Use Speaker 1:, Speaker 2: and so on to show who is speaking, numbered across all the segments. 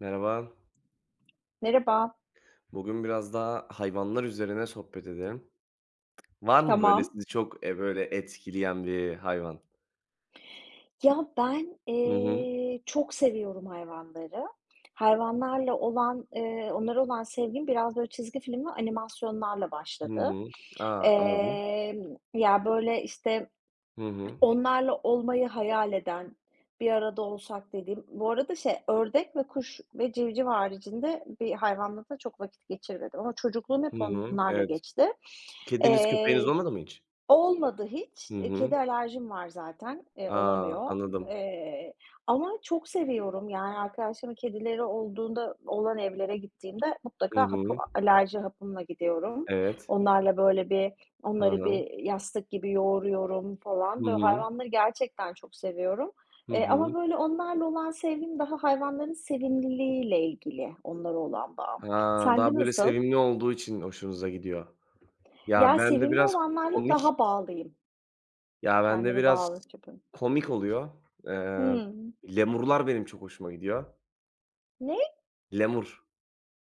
Speaker 1: Merhaba.
Speaker 2: Merhaba.
Speaker 1: Bugün biraz daha hayvanlar üzerine sohbet edelim. Var mı böyle
Speaker 2: Tamam.
Speaker 1: sizi çok, böyle etkileyen bir hayvan?
Speaker 2: Ya, ben,
Speaker 1: Hı hı.
Speaker 2: çok seviyorum hayvanları. Hayvanlarla olan, onlara olan sevgim biraz böyle çizgi film ve animasyonlarla
Speaker 1: Hı
Speaker 2: başladı.
Speaker 1: hı. A, anladım.
Speaker 2: Emm, ya, böyle, işte,
Speaker 1: Hı hı.
Speaker 2: onlarla olmayı hayal eden, bir arada olsak dediğim bu arada şey, ördek ve kuş ve civciv haricinde bir hayvanla da çok vakit geçirmedim ama çocukluğum hep
Speaker 1: Hı hı.
Speaker 2: onlarla
Speaker 1: Evet.
Speaker 2: geçti.
Speaker 1: Kediniz, köpeğiniz
Speaker 2: Eee
Speaker 1: olmadı mı hiç?
Speaker 2: Olmadı hiç.
Speaker 1: Hı hı.
Speaker 2: Kedi alerjim var zaten,
Speaker 1: A,
Speaker 2: olamıyor.
Speaker 1: anladım.
Speaker 2: Eee, ama çok seviyorum. Yani arkadaşlarımın kedileri olduğunda olan evlere gittiğimde
Speaker 1: Hı
Speaker 2: mutlaka hapı
Speaker 1: hı.
Speaker 2: alerji hapımla gidiyorum.
Speaker 1: Evet.
Speaker 2: Onlarla böyle bir
Speaker 1: Hı
Speaker 2: onları
Speaker 1: hı.
Speaker 2: bir yastık gibi yoğuruyorum
Speaker 1: Hı
Speaker 2: falan. Böyle
Speaker 1: hı.
Speaker 2: hayvanları gerçekten çok seviyorum.
Speaker 1: Hı hı.
Speaker 2: Ama böyle onlarla olan sevgim daha hayvanların sevimliliğiyle ilgili, onlara olan bağım.
Speaker 1: Ha,
Speaker 2: Sende
Speaker 1: daha böyle
Speaker 2: nasıl?
Speaker 1: sevimli olduğu için hoşunuza gidiyor. Ya,
Speaker 2: Ya,
Speaker 1: bende
Speaker 2: sevimli
Speaker 1: biraz
Speaker 2: olanlarla
Speaker 1: komik
Speaker 2: daha bağlıyım.
Speaker 1: bende
Speaker 2: Kendimi
Speaker 1: biraz
Speaker 2: bağlı tutun.
Speaker 1: komik oluyor. Eee,
Speaker 2: Hımm.
Speaker 1: lemurlar benim çok hoşuma gidiyor.
Speaker 2: Ne?
Speaker 1: Lemur.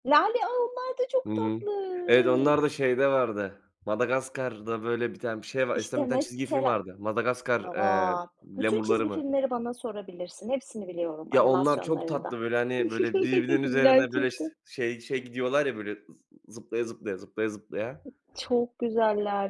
Speaker 2: Lale! A, onlar da
Speaker 1: Hı
Speaker 2: çok
Speaker 1: hı.
Speaker 2: tatlı.
Speaker 1: Evet, onlar da şeyde vardı, Madagaskar'da böyle bir tane bir şey var. Eskiden
Speaker 2: İşte
Speaker 1: bir tane çizgi film
Speaker 2: mesela.
Speaker 1: vardı. Madagaskar,
Speaker 2: A! Bütün
Speaker 1: lemurları
Speaker 2: çizgi
Speaker 1: mı?
Speaker 2: filmleri bana sorabilirsin. Hepsini biliyorum
Speaker 1: Ya, onlar çok
Speaker 2: animasyonlarında.
Speaker 1: tatlı, böyle, hani, böyle, birbirinin üzerine, böyle,
Speaker 2: Gerçekten.
Speaker 1: şey şey gidiyorlar ya, böyle, zıplaya zıplaya, zıplaya zıplaya.
Speaker 2: Çok güzeller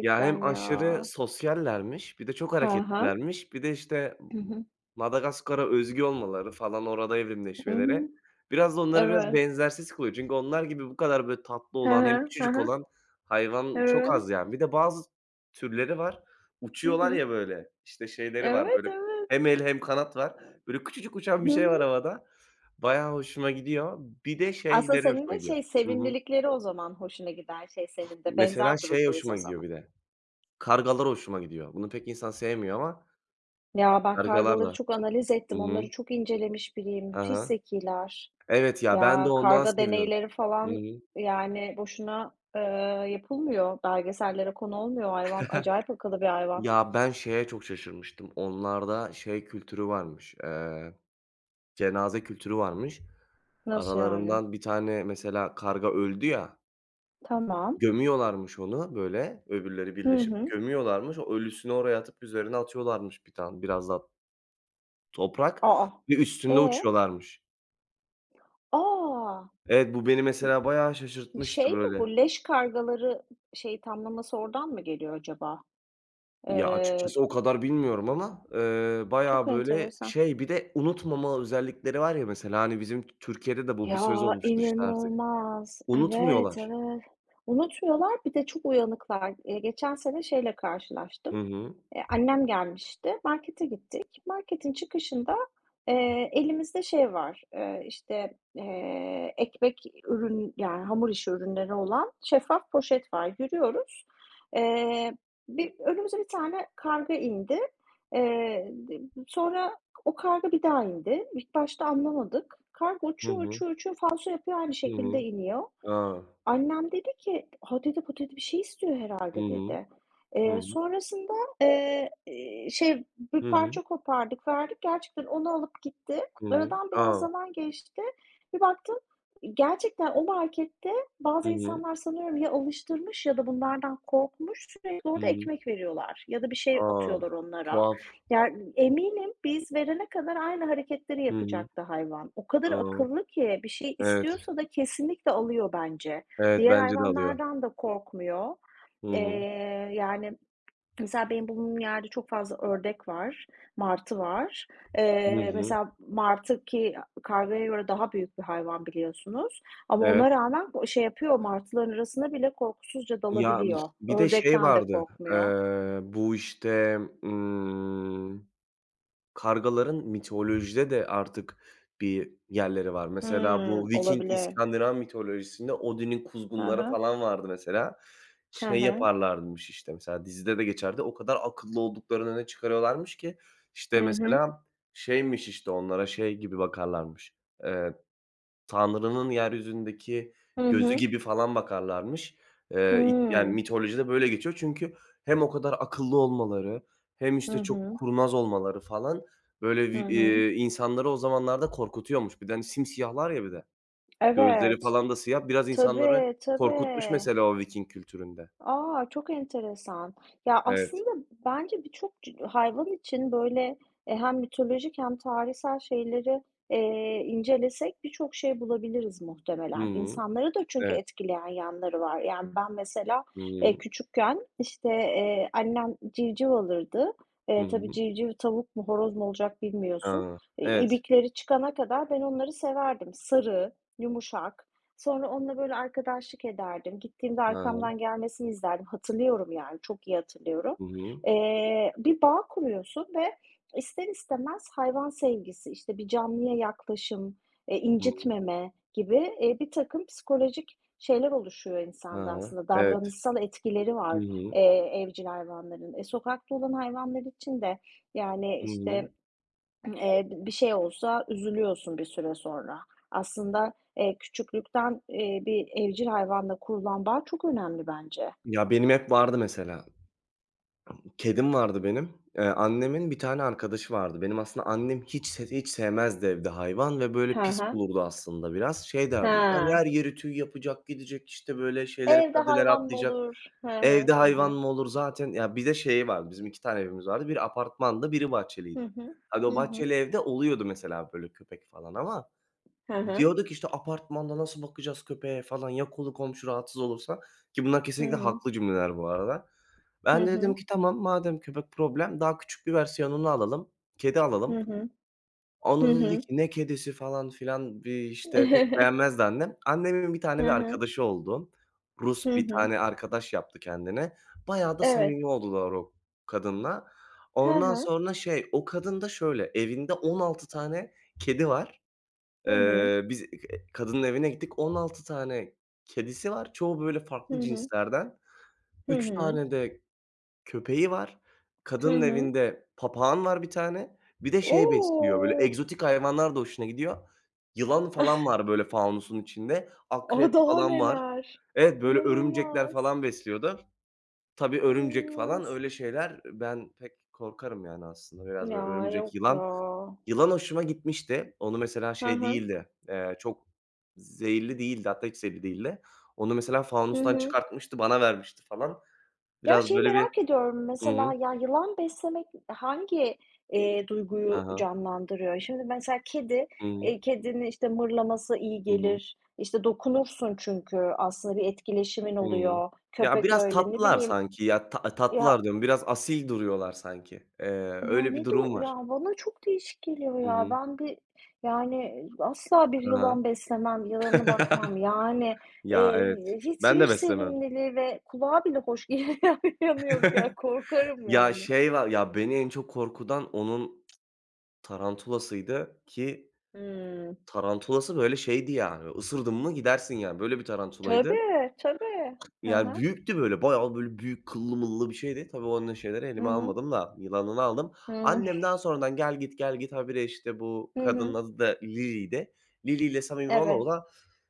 Speaker 1: Ya, hem
Speaker 2: ya.
Speaker 1: aşırı sosyallermiş, bir de çok
Speaker 2: Hı hı.
Speaker 1: hareketlilermiş, bir de, işte,
Speaker 2: Hı hı.
Speaker 1: Madagaskar'a özgü olmaları falan, orada
Speaker 2: Hı
Speaker 1: evrimleşmeleri,
Speaker 2: hı.
Speaker 1: biraz da onları biraz
Speaker 2: Evet.
Speaker 1: benzersiz kılıyor. Çünkü onlar gibi bu kadar böyle tatlı
Speaker 2: Hı
Speaker 1: olan hem küçücük
Speaker 2: hı.
Speaker 1: olan
Speaker 2: Hı
Speaker 1: hayvan
Speaker 2: hı.
Speaker 1: çok
Speaker 2: Evet.
Speaker 1: az yani. Bir de bazı türleri var,
Speaker 2: Hı
Speaker 1: uçuyorlar
Speaker 2: hı.
Speaker 1: ya böyle, işte şeyleri var,
Speaker 2: Evet,
Speaker 1: böyle
Speaker 2: evet.
Speaker 1: hem el hem kanat var. Böyle küçücük uçan bir
Speaker 2: Hı
Speaker 1: şey var
Speaker 2: hı.
Speaker 1: havada. Bayağı hoşuma gidiyor. Bir de
Speaker 2: Aslında
Speaker 1: şeyleri
Speaker 2: senin
Speaker 1: hoşuma
Speaker 2: de
Speaker 1: gidiyor.
Speaker 2: şey,
Speaker 1: Hı hı.
Speaker 2: sevimlilikleri o zaman hoşuna gider. Şey, senin de
Speaker 1: Mesela
Speaker 2: benzer
Speaker 1: şey
Speaker 2: durumdayız
Speaker 1: hoşuma
Speaker 2: o
Speaker 1: gidiyor
Speaker 2: zaman.
Speaker 1: bir de, kargalar hoşuma gidiyor. Bunu pek insan sevmiyor ama
Speaker 2: Ya, ben
Speaker 1: kargalar
Speaker 2: kargaları
Speaker 1: da.
Speaker 2: çok analiz
Speaker 1: Hı
Speaker 2: ettim.
Speaker 1: hı.
Speaker 2: Onları çok incelemiş biriyim.
Speaker 1: Hı
Speaker 2: Müthiş
Speaker 1: hı.
Speaker 2: zekiler.
Speaker 1: Evet ya, ben de
Speaker 2: Ya,
Speaker 1: ondan
Speaker 2: karga
Speaker 1: seviyorum.
Speaker 2: deneyleri
Speaker 1: Hı
Speaker 2: falan,
Speaker 1: hı.
Speaker 2: yani, boşuna, yapılmıyor. Belgesellere konu olmuyor hayvan. Acayip akıllı bir hayvan.
Speaker 1: Ya, ben şeye çok şaşırmıştım. Onlarda şey kültürü varmış, cenaze kültürü varmış.
Speaker 2: Nasıl yani?
Speaker 1: Aralarından bir tane mesela karga öldü ya,
Speaker 2: Tamam.
Speaker 1: gömüyorlarmış onu böyle öbürleri
Speaker 2: Hı
Speaker 1: birleşip
Speaker 2: hı.
Speaker 1: gömüyorlarmış. O ölüsünü oraya atıp üzerine atıyorlarmış bir tane biraz daha toprak
Speaker 2: Aa.
Speaker 1: ve
Speaker 2: A!
Speaker 1: üstünde
Speaker 2: E?
Speaker 1: uçuyorlarmış.
Speaker 2: A!
Speaker 1: Evet, bu beni mesela bayağı şaşırtmıştı
Speaker 2: Şey mi
Speaker 1: böyle.
Speaker 2: bu, leş kargaları, şey, tamlaması oradan mı geliyor acaba?
Speaker 1: Ya,
Speaker 2: Eee,
Speaker 1: açıkçası o kadar bilmiyorum ama, bayağı,
Speaker 2: çok
Speaker 1: böyle,
Speaker 2: enteresan.
Speaker 1: şey bir de unutmama özellikleri var ya mesela, hani, bizim Türkiye'de de bu bir
Speaker 2: Ya,
Speaker 1: söz olmuştur, işte, artık.
Speaker 2: inanılmaz. Evet,
Speaker 1: Unutmuyorlar.
Speaker 2: evet. Unutuyorlar, bir de çok uyanıklar. Geçen sene şeyle
Speaker 1: Hı
Speaker 2: karşılaştım.
Speaker 1: hı.
Speaker 2: Annem gelmişti, markete gittik. Marketin çıkışında, elimizde şey var, işte, ekmek ürün, yani, hamur işi ürünleri olan şeffaf poşet var. Yürüyoruz. Eee, bir önümüze bir tane karga indi. Eee, sonra o karga bir daha indi. İlk başta anlamadık. Karga
Speaker 1: Hı
Speaker 2: uçuyor,
Speaker 1: hı.
Speaker 2: uçuyor, uçuyor. Falso yapıyor, aynı
Speaker 1: Hı
Speaker 2: şekilde
Speaker 1: hı.
Speaker 2: iniyor.
Speaker 1: A!
Speaker 2: Annem dedi ki, "A," dedi, "bu," dedi, "bir şey istiyor
Speaker 1: Hı
Speaker 2: herhalde",
Speaker 1: hı.
Speaker 2: dedi.
Speaker 1: Hı hı.
Speaker 2: Sonrasında, şey, bir
Speaker 1: Hı hı.
Speaker 2: parça kopardık, verdik. Gerçekten onu alıp gitti.
Speaker 1: Hı hı.
Speaker 2: Aradan biraz
Speaker 1: A!
Speaker 2: zaman geçti. Bir baktım, gerçekten o markette
Speaker 1: Hı
Speaker 2: bazı
Speaker 1: hı.
Speaker 2: insanlar sanıyorum ya alıştırmış ya da bunlardan korkmuş, sürekli
Speaker 1: Hı
Speaker 2: orada
Speaker 1: hı.
Speaker 2: ekmek veriyorlar ya da bir şey
Speaker 1: A!
Speaker 2: atıyorlar onlara.
Speaker 1: Tuhaf.
Speaker 2: Yani eminim biz verene kadar aynı hareketleri
Speaker 1: Hı hı.
Speaker 2: yapacaktı hayvan. O kadar
Speaker 1: A!
Speaker 2: akıllı ki bir şey
Speaker 1: Evet.
Speaker 2: istiyorsa da kesinlikle alıyor bence.
Speaker 1: Evet,
Speaker 2: Diğer
Speaker 1: bence de alıyor.
Speaker 2: hayvanlardan da korkmuyor.
Speaker 1: Hı hı.
Speaker 2: Yani, mesela benim bulunduğum yerde çok fazla ördek var, martı var.
Speaker 1: Hı hı.
Speaker 2: Mesela martı ki kargaya göre daha büyük bir hayvan biliyorsunuz ama
Speaker 1: Evet.
Speaker 2: ona rağmen o şey yapıyor, martıların arasına bile korkusuzca
Speaker 1: Ya,
Speaker 2: dalabiliyor.
Speaker 1: bir de şey
Speaker 2: Ördekten de
Speaker 1: vardı,
Speaker 2: korkmuyor.
Speaker 1: bu, işte, kargaların mitolojide de artık bir yerleri var. Mesela bu
Speaker 2: Hımm,
Speaker 1: Viking
Speaker 2: olabilir.
Speaker 1: İskandinav mitolojisinde Odin'in
Speaker 2: Hı
Speaker 1: kuzgunları
Speaker 2: hı.
Speaker 1: falan vardı mesela.
Speaker 2: Hı
Speaker 1: Şey
Speaker 2: hı.
Speaker 1: yaparlarmış, işte, mesela dizide de geçerdi. O kadar akıllı olduklarını öne çıkarıyorlarmış ki, işte,
Speaker 2: Hı hı.
Speaker 1: mesela şeymiş, işte, onlara şey gibi bakarlarmış, eee Tanrı'nın yeryüzündeki
Speaker 2: Hı
Speaker 1: gözü
Speaker 2: hı.
Speaker 1: gibi falan bakarlarmış. İt yani
Speaker 2: Hımm.
Speaker 1: mitolojide böyle geçiyor çünkü hem o kadar akıllı olmaları hem, işte,
Speaker 2: Hı
Speaker 1: çok
Speaker 2: hı.
Speaker 1: kurnaz olmaları falan, böyle, vi
Speaker 2: Hı hı.
Speaker 1: insanları o zamanlarda korkutuyormuş. Bir de, hani, simsiyahlar ya bir de. Gözleri
Speaker 2: Evet.
Speaker 1: falan da siyah. Biraz insanları
Speaker 2: Tabii,
Speaker 1: korkutmuş
Speaker 2: tabii.
Speaker 1: mesela o Viking kültüründe.
Speaker 2: A! Çok enteresan. Ya,
Speaker 1: Evet.
Speaker 2: aslında bence birçok hayvan için, böyle, hem mitolojik hem tarihsel şeyleri, incelesek birçok şey bulabiliriz
Speaker 1: Hı
Speaker 2: muhtemelen.
Speaker 1: hı.
Speaker 2: İnsanları da çünkü
Speaker 1: Evet.
Speaker 2: etkileyen yanları var. Yani, ben mesela,
Speaker 1: Hı hı.
Speaker 2: küçükken, işte, annem civciv alırdı.
Speaker 1: Hı
Speaker 2: Tabii
Speaker 1: hı.
Speaker 2: civciv tavuk mu horoz mu olacak bilmiyorsun.
Speaker 1: A! Evet.
Speaker 2: İbikleri çıkana kadar ben onları severdim. Sarı, yumuşak. Sonra onunla böyle arkadaşlık ederdim. Gittiğimde
Speaker 1: Ha ha.
Speaker 2: arkamdan gelmesini izlerdim. Hatırlıyorum yani, çok iyi hatırlıyorum.
Speaker 1: Hı hı.
Speaker 2: Bir bağ kuruyorsun ve ister istemez hayvan sevgisi, işte bir canlıya yaklaşım,
Speaker 1: Hı hı.
Speaker 2: incitmeme gibi, birtakım psikolojik şeyler oluşuyor
Speaker 1: Ha
Speaker 2: insanda
Speaker 1: ha.
Speaker 2: aslında.
Speaker 1: Evet.
Speaker 2: Davranışsal etkileri
Speaker 1: Hı
Speaker 2: var,
Speaker 1: hı.
Speaker 2: evcil hayvanların. E, sokakta olan hayvanlar için de yani
Speaker 1: Hı hı.
Speaker 2: işte bir şey olsa üzülüyorsun bir süre sonra. Aslında, küçüklükten, bir evcil hayvanla kurulan bağ çok önemli bence.
Speaker 1: Ya, benim hep vardı mesela. Kedim vardı benim. Annemin bir tane arkadaşı vardı. Benim aslında annem hiç hiç sevmezdi evde hayvan ve böyle
Speaker 2: He
Speaker 1: pis
Speaker 2: he.
Speaker 1: bulurdu aslında biraz. Şey derdi, "Ya,
Speaker 2: He.
Speaker 1: her yeri tüy yapacak, gidecek, işte, böyle şeylere,
Speaker 2: Evde
Speaker 1: perdelere
Speaker 2: hayvan mı
Speaker 1: atlayacak.
Speaker 2: olur? He he,
Speaker 1: Evde
Speaker 2: he
Speaker 1: hayvan
Speaker 2: he.
Speaker 1: mı olur zaten?" Ya, bir de şeyi vardı, bizim 2 tane evimiz vardı. Biri apartmanda biri bahçeliydi.
Speaker 2: Hı hı.
Speaker 1: Hani, o
Speaker 2: Hı hı.
Speaker 1: bahçeli evde oluyordu mesela böyle köpek falan ama
Speaker 2: Hı hı.
Speaker 1: diyorduk ki, işte, "Apartmanda nasıl bakacağız köpeğe?" falan, "Ya kolu komşu rahatsız olursa?" Ki bunlar
Speaker 2: Hı
Speaker 1: kesinlikle
Speaker 2: hı.
Speaker 1: haklı cümleler bu arada.
Speaker 2: Hı
Speaker 1: Ben de dedim
Speaker 2: hı.
Speaker 1: ki, "Tamam, madem köpek problem, daha küçük bir versiyonunu alalım, kedi
Speaker 2: Hı
Speaker 1: alalım."
Speaker 2: hı. Hı
Speaker 1: Ona da dedi
Speaker 2: hı.
Speaker 1: ki, "Ne kedisi?" falan filan, bir, işte, pek beğenmezdi annem. Annemin bir tane bir
Speaker 2: Hı hı.
Speaker 1: arkadaşı oldu.
Speaker 2: Hı
Speaker 1: Rus bir
Speaker 2: hı.
Speaker 1: tane arkadaş yaptı kendine. Bayağı da
Speaker 2: Evet.
Speaker 1: samimi oldular o kadınla.
Speaker 2: He
Speaker 1: Ondan
Speaker 2: he.
Speaker 1: sonra şey, o kadın da şöyle, evinde 16 tane kedi var.
Speaker 2: Hı hı.
Speaker 1: Biz kadının evine gittik. 16 tane kedisi var. Çoğu böyle
Speaker 2: Hı
Speaker 1: farklı
Speaker 2: hı.
Speaker 1: cinslerden.
Speaker 2: Hı
Speaker 1: 3
Speaker 2: hı.
Speaker 1: tane de köpeği var.
Speaker 2: Hı
Speaker 1: Kadının
Speaker 2: hı.
Speaker 1: evinde papağan var bir tane. Bir de şey besliyor, böyle
Speaker 2: O!
Speaker 1: egzotik hayvanlar da hoşuna gidiyor. Yılan falan var böyle faunusun içinde.
Speaker 2: O,
Speaker 1: Akrep
Speaker 2: daha
Speaker 1: falan var.
Speaker 2: neler.
Speaker 1: Evet, böyle örümcekler
Speaker 2: İnanılmaz,
Speaker 1: falan besliyordu. Tabii örümcek falan
Speaker 2: inanılmaz.
Speaker 1: öyle şeyler ben pek korkarım yani aslında. Biraz
Speaker 2: Ya,
Speaker 1: böyle örümcek,
Speaker 2: yok ya.
Speaker 1: yılan. Yılan hoşuma gitmişti. Onu mesela
Speaker 2: Hı
Speaker 1: şey
Speaker 2: hı.
Speaker 1: değildi, çok zehirli değildi, hatta hiç zehirli değildi. Onu mesela
Speaker 2: Hı
Speaker 1: fanustan
Speaker 2: hı.
Speaker 1: çıkartmıştı, bana vermişti falan.
Speaker 2: Ya,
Speaker 1: Biraz
Speaker 2: şeyi
Speaker 1: böyle bir.
Speaker 2: merak ediyorum
Speaker 1: Hı
Speaker 2: mesela,
Speaker 1: hı.
Speaker 2: ya, yılan beslemek hangi,
Speaker 1: Hı
Speaker 2: duyguyu
Speaker 1: hı.
Speaker 2: canlandırıyor? Şimdi mesela
Speaker 1: Hı hı.
Speaker 2: kedinin, işte, mırlaması iyi
Speaker 1: Hı hı.
Speaker 2: gelir, işte, dokunursun çünkü aslında bir etkileşimin
Speaker 1: Hı hı.
Speaker 2: oluyor.
Speaker 1: Ya,
Speaker 2: Köpek
Speaker 1: biraz
Speaker 2: öyle, ne
Speaker 1: tatlılar
Speaker 2: bileyim,
Speaker 1: sanki ya. Ta
Speaker 2: ya,
Speaker 1: tatlılar diyorum, biraz asil duruyorlar sanki. Eee,
Speaker 2: Ya,
Speaker 1: öyle bir
Speaker 2: ne du
Speaker 1: durum var.
Speaker 2: ya, bana çok değişik geliyor
Speaker 1: Hı
Speaker 2: ya.
Speaker 1: hı.
Speaker 2: Yani, asla bir
Speaker 1: Hı hı.
Speaker 2: yılan beslemem, yılana bakmam. Yani,
Speaker 1: Ya, evet. Ben
Speaker 2: hiçbir
Speaker 1: de beslemem.
Speaker 2: sevimliliği ve kulağa bile hoş gelen yanı yok ya. Korkarım
Speaker 1: Ya,
Speaker 2: yani.
Speaker 1: şey var, ya, beni en çok korkutan onun tarantulasıydı ki
Speaker 2: Hımm.
Speaker 1: tarantulası böyle şeydi yani, ısırdın mı gidersin yani. Böyle bir tarantulaydı.
Speaker 2: Tabii, tabii. Hı
Speaker 1: Yani
Speaker 2: hı.
Speaker 1: büyüktü böyle, bayağı böyle büyük kıllı mıllı bir şeydi. Tabii onun şeyleri
Speaker 2: Hı
Speaker 1: elime
Speaker 2: hı.
Speaker 1: almadım da yılanını aldım.
Speaker 2: Hımm.
Speaker 1: Annemden sonradan gel git, gel git habire işte bu
Speaker 2: Hı
Speaker 1: kadının
Speaker 2: hı.
Speaker 1: adı da Lili'ydi. Lili ile samimi ola
Speaker 2: Evet.
Speaker 1: ola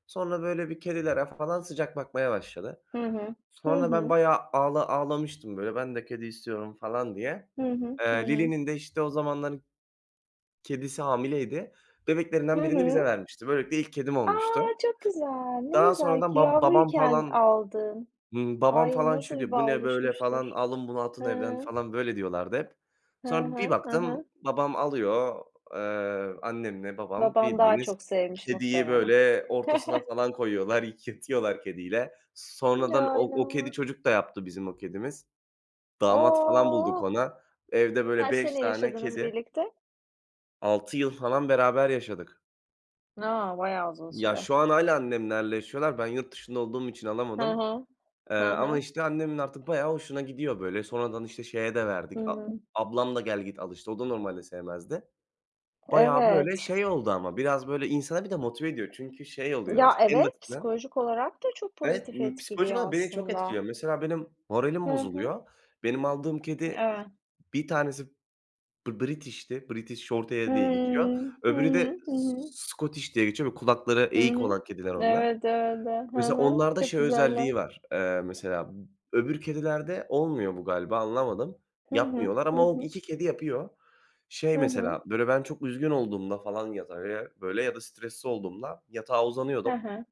Speaker 1: sonra böyle bir kedilere falan sıcak bakmaya başladı.
Speaker 2: Hı hı. Hı
Speaker 1: Sonra ben
Speaker 2: hı.
Speaker 1: bayağı ağlamıştım böyle, ben de kedi istiyorum falan diye.
Speaker 2: Hı hı. Hı
Speaker 1: Eee,
Speaker 2: hı.
Speaker 1: Lili'nin de işte o zamanların kedisi hamileydi.
Speaker 2: Hı
Speaker 1: Bebeklerinden birini bize
Speaker 2: hı.
Speaker 1: vermişti. Böylelikle ilk kedim
Speaker 2: A!
Speaker 1: olmuştu.
Speaker 2: Çok güzel. Ne
Speaker 1: Daha
Speaker 2: güzel
Speaker 1: sonradan
Speaker 2: ki
Speaker 1: ba babam
Speaker 2: yavruyken
Speaker 1: falan,
Speaker 2: aldın.
Speaker 1: ımm, babam
Speaker 2: Ay,
Speaker 1: falan
Speaker 2: nasıl
Speaker 1: şey
Speaker 2: bir
Speaker 1: diyor, "Bu
Speaker 2: bağ
Speaker 1: ne böyle?" falan,
Speaker 2: oluşmuştur.
Speaker 1: "Alın bunu atın
Speaker 2: Hı
Speaker 1: evden."
Speaker 2: hı.
Speaker 1: falan, böyle diyorlardı hep.
Speaker 2: Hı
Speaker 1: Sonra bir
Speaker 2: hı. Hı
Speaker 1: baktım
Speaker 2: hı.
Speaker 1: babam alıyor, annemle babam
Speaker 2: Baban daha
Speaker 1: bildiğiniz
Speaker 2: çok sevmiş
Speaker 1: kediyi
Speaker 2: muhtemelen.
Speaker 1: böyle ortasına falan koyuyorlar, yatıyorlar kediyle. Sonradan o
Speaker 2: Aynen
Speaker 1: o kedi
Speaker 2: öyle.
Speaker 1: çocuk da yaptı bizim o kedimiz. Damat falan bulduk
Speaker 2: O!
Speaker 1: ona. Evde böyle
Speaker 2: Kaç
Speaker 1: 5
Speaker 2: sene
Speaker 1: tane
Speaker 2: yaşadınız
Speaker 1: kedi,
Speaker 2: birlikte?
Speaker 1: 6 yıl falan beraber yaşadık.
Speaker 2: A, bayağı uzun
Speaker 1: Ya,
Speaker 2: süre.
Speaker 1: şu an hâlâ annemlerle yaşıyorlar. Ben yurt dışında olduğum için
Speaker 2: Hı
Speaker 1: alamadım.
Speaker 2: hı.
Speaker 1: Eee,
Speaker 2: Hı
Speaker 1: ama,
Speaker 2: hı.
Speaker 1: işte, annemin artık bayağı hoşuna gidiyor, böyle. Sonradan, işte, şeye de
Speaker 2: Hı
Speaker 1: verdik, a
Speaker 2: hı.
Speaker 1: ablam da gel git alıştı. O da normalde sevmezdi. Bayağı, böyle,
Speaker 2: Evet.
Speaker 1: şey oldu ama biraz, böyle, insana bir de motive ediyor. Çünkü şey oluyor
Speaker 2: Ya,
Speaker 1: mesela en
Speaker 2: evet,
Speaker 1: basitinden.
Speaker 2: psikolojik olarak da çok
Speaker 1: Evet,
Speaker 2: pozitif
Speaker 1: psikolojik
Speaker 2: etkiliyor
Speaker 1: olarak beni çok etkiliyor.
Speaker 2: aslında.
Speaker 1: Mesela benim moralim
Speaker 2: Hı hı.
Speaker 1: bozuluyor. Benim aldığım kedi
Speaker 2: Evet.
Speaker 1: bir tanesi British'ti. British Shorthair diye geçiyor.
Speaker 2: Hımm. Hı
Speaker 1: Öbürü de
Speaker 2: hı. Hı
Speaker 1: S
Speaker 2: hı.
Speaker 1: Scottish diye geçiyor. Böyle kulakları
Speaker 2: Hı
Speaker 1: eğik
Speaker 2: hı.
Speaker 1: olan kediler onlar.
Speaker 2: Evet, evet, evet. Hı
Speaker 1: Mesela
Speaker 2: hı.
Speaker 1: onlarda
Speaker 2: Çok
Speaker 1: şey özelliği
Speaker 2: güzeller.
Speaker 1: var, mesela öbür kedilerde olmuyor bu galiba anlamadım.
Speaker 2: Hı hı.
Speaker 1: Yapmıyorlar
Speaker 2: Hı
Speaker 1: ama o
Speaker 2: hı.
Speaker 1: 2 kedi yapıyor. Şey
Speaker 2: Hı hı.
Speaker 1: mesela, böyle, ben çok üzgün olduğumda falan yatağa, böyle, ya da stresli olduğumda yatağa
Speaker 2: Hı
Speaker 1: uzanıyordum.
Speaker 2: hı.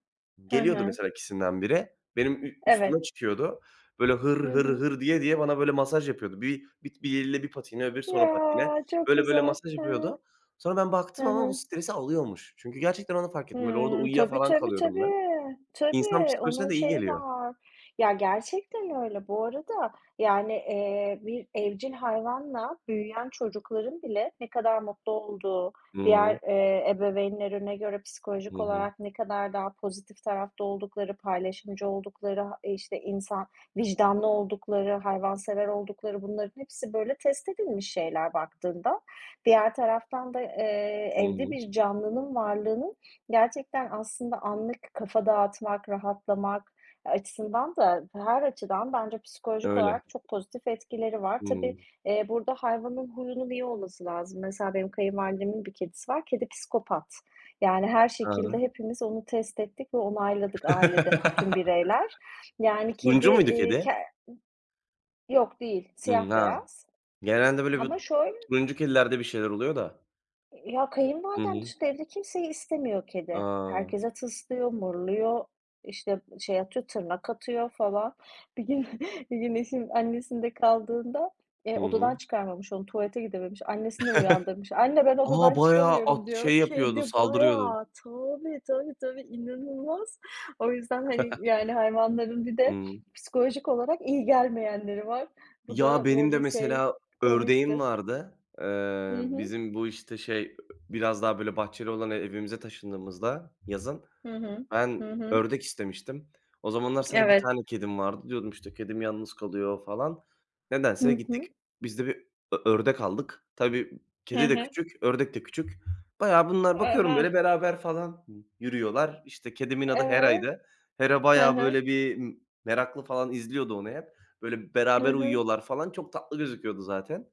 Speaker 2: Hı
Speaker 1: Geliyordu
Speaker 2: hı.
Speaker 1: mesela ikisinden biri, benim ü
Speaker 2: Evet.
Speaker 1: üstüme çıkıyordu. Böyle
Speaker 2: Hı
Speaker 1: hır hır
Speaker 2: hı.
Speaker 1: hır diye diye bana böyle masaj yapıyordu. Bir eliyle bir patine öbür
Speaker 2: Ya,
Speaker 1: sonra patine.
Speaker 2: çok
Speaker 1: Böyle böyle
Speaker 2: güzel.
Speaker 1: masaj
Speaker 2: Hı hı.
Speaker 1: yapıyordu. Sonra ben
Speaker 2: Hı
Speaker 1: baktım ama bu
Speaker 2: hı.
Speaker 1: stresi alıyormuş. Çünkü gerçekten onu fark ettim. Böyle orada
Speaker 2: Hımm.
Speaker 1: uyuya
Speaker 2: Tabii,
Speaker 1: falan
Speaker 2: tabii,
Speaker 1: kalıyordum ben.
Speaker 2: tabii.
Speaker 1: İnsan
Speaker 2: Tabii,
Speaker 1: psikolojisine
Speaker 2: onun
Speaker 1: de iyi
Speaker 2: şeyi
Speaker 1: geliyor.
Speaker 2: var. Ya, gerçekten öyle. Bu arada, yani, bir evcil hayvanla büyüyen çocukların bile ne kadar mutlu olduğu,
Speaker 1: Hı hı.
Speaker 2: diğer, ebeveynlerine göre
Speaker 1: Hı
Speaker 2: psikolojik
Speaker 1: hı.
Speaker 2: olarak ne kadar daha pozitif tarafta oldukları, paylaşımcı oldukları, ha işte, insan vicdanlı oldukları, hayvansever oldukları bunların hepsi böyle test edilmiş şeyler baktığında. Diğer taraftan da,
Speaker 1: Hı
Speaker 2: evde
Speaker 1: hı.
Speaker 2: bir canlının varlığının Gerçekten aslında anlık kafa dağıtmak, rahatlamak açısından da her açıdan bence psikolojik
Speaker 1: Öyle.
Speaker 2: olarak çok pozitif etkileri var.
Speaker 1: Hı
Speaker 2: Tabii,
Speaker 1: hı.
Speaker 2: burada hayvanın huyunun iyi olması lazım. Mesela benim kayınvalidemin bir kedisi var. Kedi psikopat. Yani her
Speaker 1: Ha.
Speaker 2: şekilde hepimiz onu test ettik ve onayladık ailede bütün bireyler. Yani kedi,
Speaker 1: Turuncu muydu kedi?
Speaker 2: ke yok değil,
Speaker 1: Hımm,
Speaker 2: siyah
Speaker 1: ha.
Speaker 2: beyaz
Speaker 1: Genelde böyle
Speaker 2: ama
Speaker 1: bir
Speaker 2: şöyle.
Speaker 1: turuncu kedilerde bir şeyler oluyor da.
Speaker 2: Ya,
Speaker 1: Hı
Speaker 2: kayınvalidem
Speaker 1: hı.
Speaker 2: dışında evde kimseyi istemiyor kedi.
Speaker 1: A!
Speaker 2: Herkese tıslıyor, mırlıyor, işte, şey atıyor, tırnak atıyor falan. Bir gün bir gün eşim annesinde kaldığında,
Speaker 1: Hı hı.
Speaker 2: odadan çıkarmamış onu, tuvalete gidememiş. Annesini uyandırmış. "Anne, ben
Speaker 1: A,
Speaker 2: odadan
Speaker 1: bayağı at
Speaker 2: çıkamıyorum," diyor.
Speaker 1: şey yapıyordu,
Speaker 2: Kedi
Speaker 1: saldırıyordu.
Speaker 2: bayağı. Tabii, tabii, tabii, inanılmaz. O yüzden, hani, yani, hayvanların bir
Speaker 1: Hı
Speaker 2: de
Speaker 1: hı.
Speaker 2: psikolojik olarak iyi gelmeyenleri var. Bu
Speaker 1: Ya,
Speaker 2: da
Speaker 1: benim de
Speaker 2: böyle şey,
Speaker 1: mesela ördeğim
Speaker 2: komikti.
Speaker 1: vardı. Eee,
Speaker 2: Hı hı.
Speaker 1: bizim bu, işte, şey, biraz daha böyle bahçeli olan evimize taşındığımızda yazın.
Speaker 2: Hı hı.
Speaker 1: Ben
Speaker 2: Hı hı.
Speaker 1: ördek istemiştim. O zamanlar sadece bir
Speaker 2: Evet.
Speaker 1: tane kedim vardı. Diyordum, işte, kedim yalnız kalıyor falan. Nedense
Speaker 2: Hı
Speaker 1: gittik,
Speaker 2: hı.
Speaker 1: biz de bir ördek aldık. Tabii
Speaker 2: Hı
Speaker 1: kedi de
Speaker 2: hı.
Speaker 1: küçük, ördek de küçük. Bayağı bunlar bakıyorum
Speaker 2: Aha,
Speaker 1: böyle beraber falan yürüyorlar. İşte, kedimin adı
Speaker 2: evet.
Speaker 1: Hera'ydı. Hera
Speaker 2: Hı
Speaker 1: bayağı
Speaker 2: hı.
Speaker 1: böyle bir meraklı falan izliyordu onu hep. Böyle
Speaker 2: Hı
Speaker 1: beraber
Speaker 2: hı.
Speaker 1: uyuyorlar falan. Çok tatlı gözüküyordu zaten.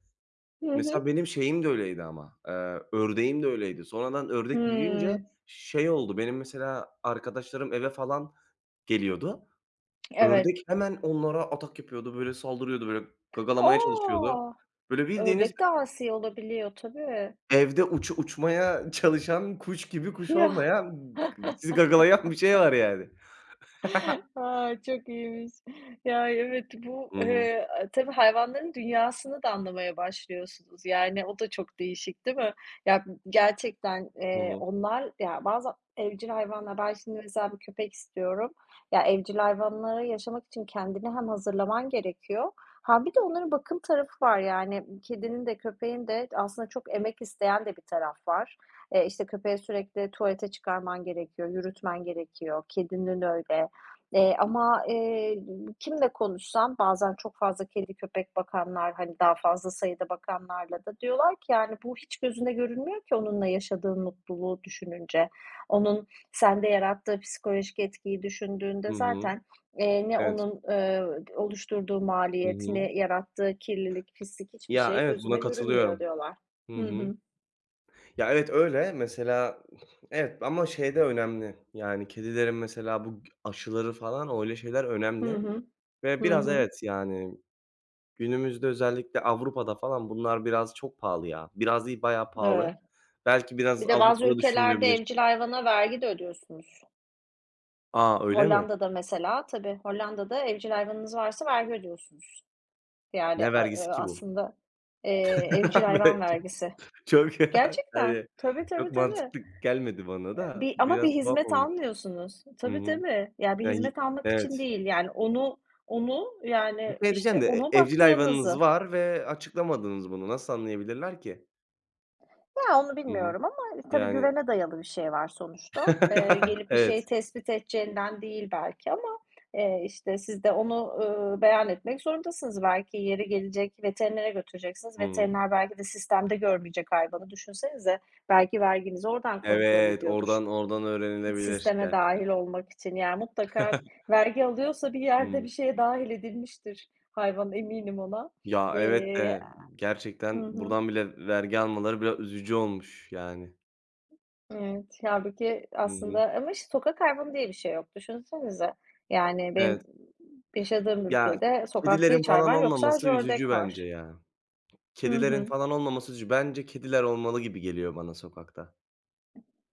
Speaker 2: Hı
Speaker 1: Mesela
Speaker 2: hı.
Speaker 1: benim şeyim de öyleydi ama, ördeğim de öyleydi. Sonradan ördek büyüyünce
Speaker 2: Hımm.
Speaker 1: şey oldu, benim mesela arkadaşlarım eve falan geliyordu.
Speaker 2: Evet.
Speaker 1: Ördek hemen onlara atak yapıyordu, böyle saldırıyordu, böyle gagalamaya çalışıyordu.
Speaker 2: A!
Speaker 1: Böyle bildiğiniz
Speaker 2: Ördek de asi olabiliyor tabii.
Speaker 1: evde uçmaya çalışan, kuş gibi kuş
Speaker 2: Ya.
Speaker 1: olmayan, sizi gagalayan bir şey var yani.
Speaker 2: A, çok iyiymiş. Ya, evet, bu,
Speaker 1: Hı hı.
Speaker 2: tabii hayvanların dünyasını da anlamaya başlıyorsunuz. Yani o da çok değişik, değil mi? Ya, gerçekten,
Speaker 1: Hı hı.
Speaker 2: onlar ya, bazı evcil hayvanlar ben şimdi mesela bir köpek istiyorum. Ya, evcil hayvanlara yaşamak için kendini hem hazırlaman gerekiyor ha bir de onların bakım tarafı var. Yani kedinin de köpeğin de aslında çok emek isteyen de bir taraf var. İşte, köpeği sürekli tuvalete çıkarman gerekiyor, yürütmen gerekiyor. Kedinin öyle. Eee, ama, eee, kimle konuşsam bazen çok fazla kedi köpek bakanlar, hani, daha fazla sayıda bakanlarla da diyorlar ki, yani, "Bu hiç gözünde görünmüyor ki onunla yaşadığın mutluluğu düşününce." Onun sende yarattığı psikolojik etkiyi
Speaker 1: Hı
Speaker 2: düşündüğünde
Speaker 1: hı.
Speaker 2: zaten, ne
Speaker 1: Evet.
Speaker 2: onun, oluşturduğu
Speaker 1: Hı
Speaker 2: maliyet,
Speaker 1: hı.
Speaker 2: ne yarattığı kirlilik, pislik hiçbir
Speaker 1: Ya,
Speaker 2: şey
Speaker 1: evet, buna
Speaker 2: gözüne görünmüyor
Speaker 1: katılıyorum.
Speaker 2: diyorlar.
Speaker 1: Hı
Speaker 2: Hı
Speaker 1: hı.
Speaker 2: hı.
Speaker 1: Ya, evet, öyle. Mesela evet ama şey de önemli, yani kedilerin mesela bu aşıları falan öyle şeyler
Speaker 2: Hı
Speaker 1: önemli
Speaker 2: hı.
Speaker 1: ve
Speaker 2: Hı
Speaker 1: biraz
Speaker 2: hı.
Speaker 1: evet, yani günümüzde özellikle Avrupa'da falan bunlar biraz çok pahalı ya. Biraz değil, bayağı pahalı.
Speaker 2: Evet.
Speaker 1: Belki biraz
Speaker 2: Bir de bazı
Speaker 1: Avrupa'da
Speaker 2: ülkelerde
Speaker 1: düşünülebilir.
Speaker 2: evcil hayvana vergi de ödüyorsunuz.
Speaker 1: Aa öyle mi?
Speaker 2: Hollanda'da mesela tabii Hollanda'da evcil hayvanınız varsa vergi ödüyorsunuz. Yani,
Speaker 1: Ne
Speaker 2: a
Speaker 1: vergisi ki bu?
Speaker 2: aslında, eee, evcil
Speaker 1: Böyle
Speaker 2: hayvan
Speaker 1: çok
Speaker 2: vergisi.
Speaker 1: çok
Speaker 2: Gerçekten.
Speaker 1: yani
Speaker 2: Tabii,
Speaker 1: çok
Speaker 2: tabii, tabii.
Speaker 1: mantıklı gelmedi bana da
Speaker 2: Bir ama
Speaker 1: biraz
Speaker 2: bir
Speaker 1: tuhaf
Speaker 2: hizmet
Speaker 1: olmuş.
Speaker 2: almıyorsunuz.
Speaker 1: Hı
Speaker 2: Tabii,
Speaker 1: hı.
Speaker 2: tabii. Ya, bir
Speaker 1: Ya,
Speaker 2: hizmet almak için
Speaker 1: evet.
Speaker 2: değil, yani onu,
Speaker 1: Bir
Speaker 2: yani,
Speaker 1: şey diyeceğim
Speaker 2: işte,
Speaker 1: de
Speaker 2: ona
Speaker 1: evcil hayvanınız
Speaker 2: baktığınızı
Speaker 1: var ve açıklamadınız bunu. Nasıl anlayabilirler ki?
Speaker 2: Ya, onu
Speaker 1: Hı hı.
Speaker 2: bilmiyorum ama tabii
Speaker 1: Yani
Speaker 2: güvene dayalı bir şey var sonuçta. Gelip bir
Speaker 1: Evet.
Speaker 2: şeyi tespit edeceğinden değil belki ama, işte, siz de onu, beyan etmek zorundasınız. Belki yeri gelecek veterinere götüreceksiniz.
Speaker 1: Hı hı.
Speaker 2: Veteriner belki de sistemde görmeyecek hayvanı. Düşünsenize. Belki verginizi oradan kontrol
Speaker 1: Evet,
Speaker 2: ediyordur
Speaker 1: oradan öğrenilebilir
Speaker 2: sisteme
Speaker 1: gerçi.
Speaker 2: dahil olmak için. Yani mutlaka vergi alıyorsa bir yerde
Speaker 1: Hımm.
Speaker 2: bir şeye dahil edilmiştir hayvan, eminim ona.
Speaker 1: Ya, evet
Speaker 2: Eee
Speaker 1: de
Speaker 2: Hı
Speaker 1: gerçekten
Speaker 2: hı.
Speaker 1: buradan bile vergi almaları biraz üzücü olmuş yani.
Speaker 2: Evet, hâlbuki
Speaker 1: Hı hı.
Speaker 2: aslında ama işte sokak hayvanı diye bir şey yok. Düşünsenize. Yani benim
Speaker 1: Evet.
Speaker 2: yaşadığım
Speaker 1: Ya,
Speaker 2: ülkede sokakta
Speaker 1: kedilerin
Speaker 2: hiç
Speaker 1: falan
Speaker 2: hayvan yok.
Speaker 1: olmaması
Speaker 2: Sadece
Speaker 1: üzücü
Speaker 2: ördek
Speaker 1: bence
Speaker 2: var.
Speaker 1: ya.
Speaker 2: Hı
Speaker 1: Kedilerin
Speaker 2: hı.
Speaker 1: falan olmaması üzücü. Bence kediler olmalı gibi geliyor bana sokakta.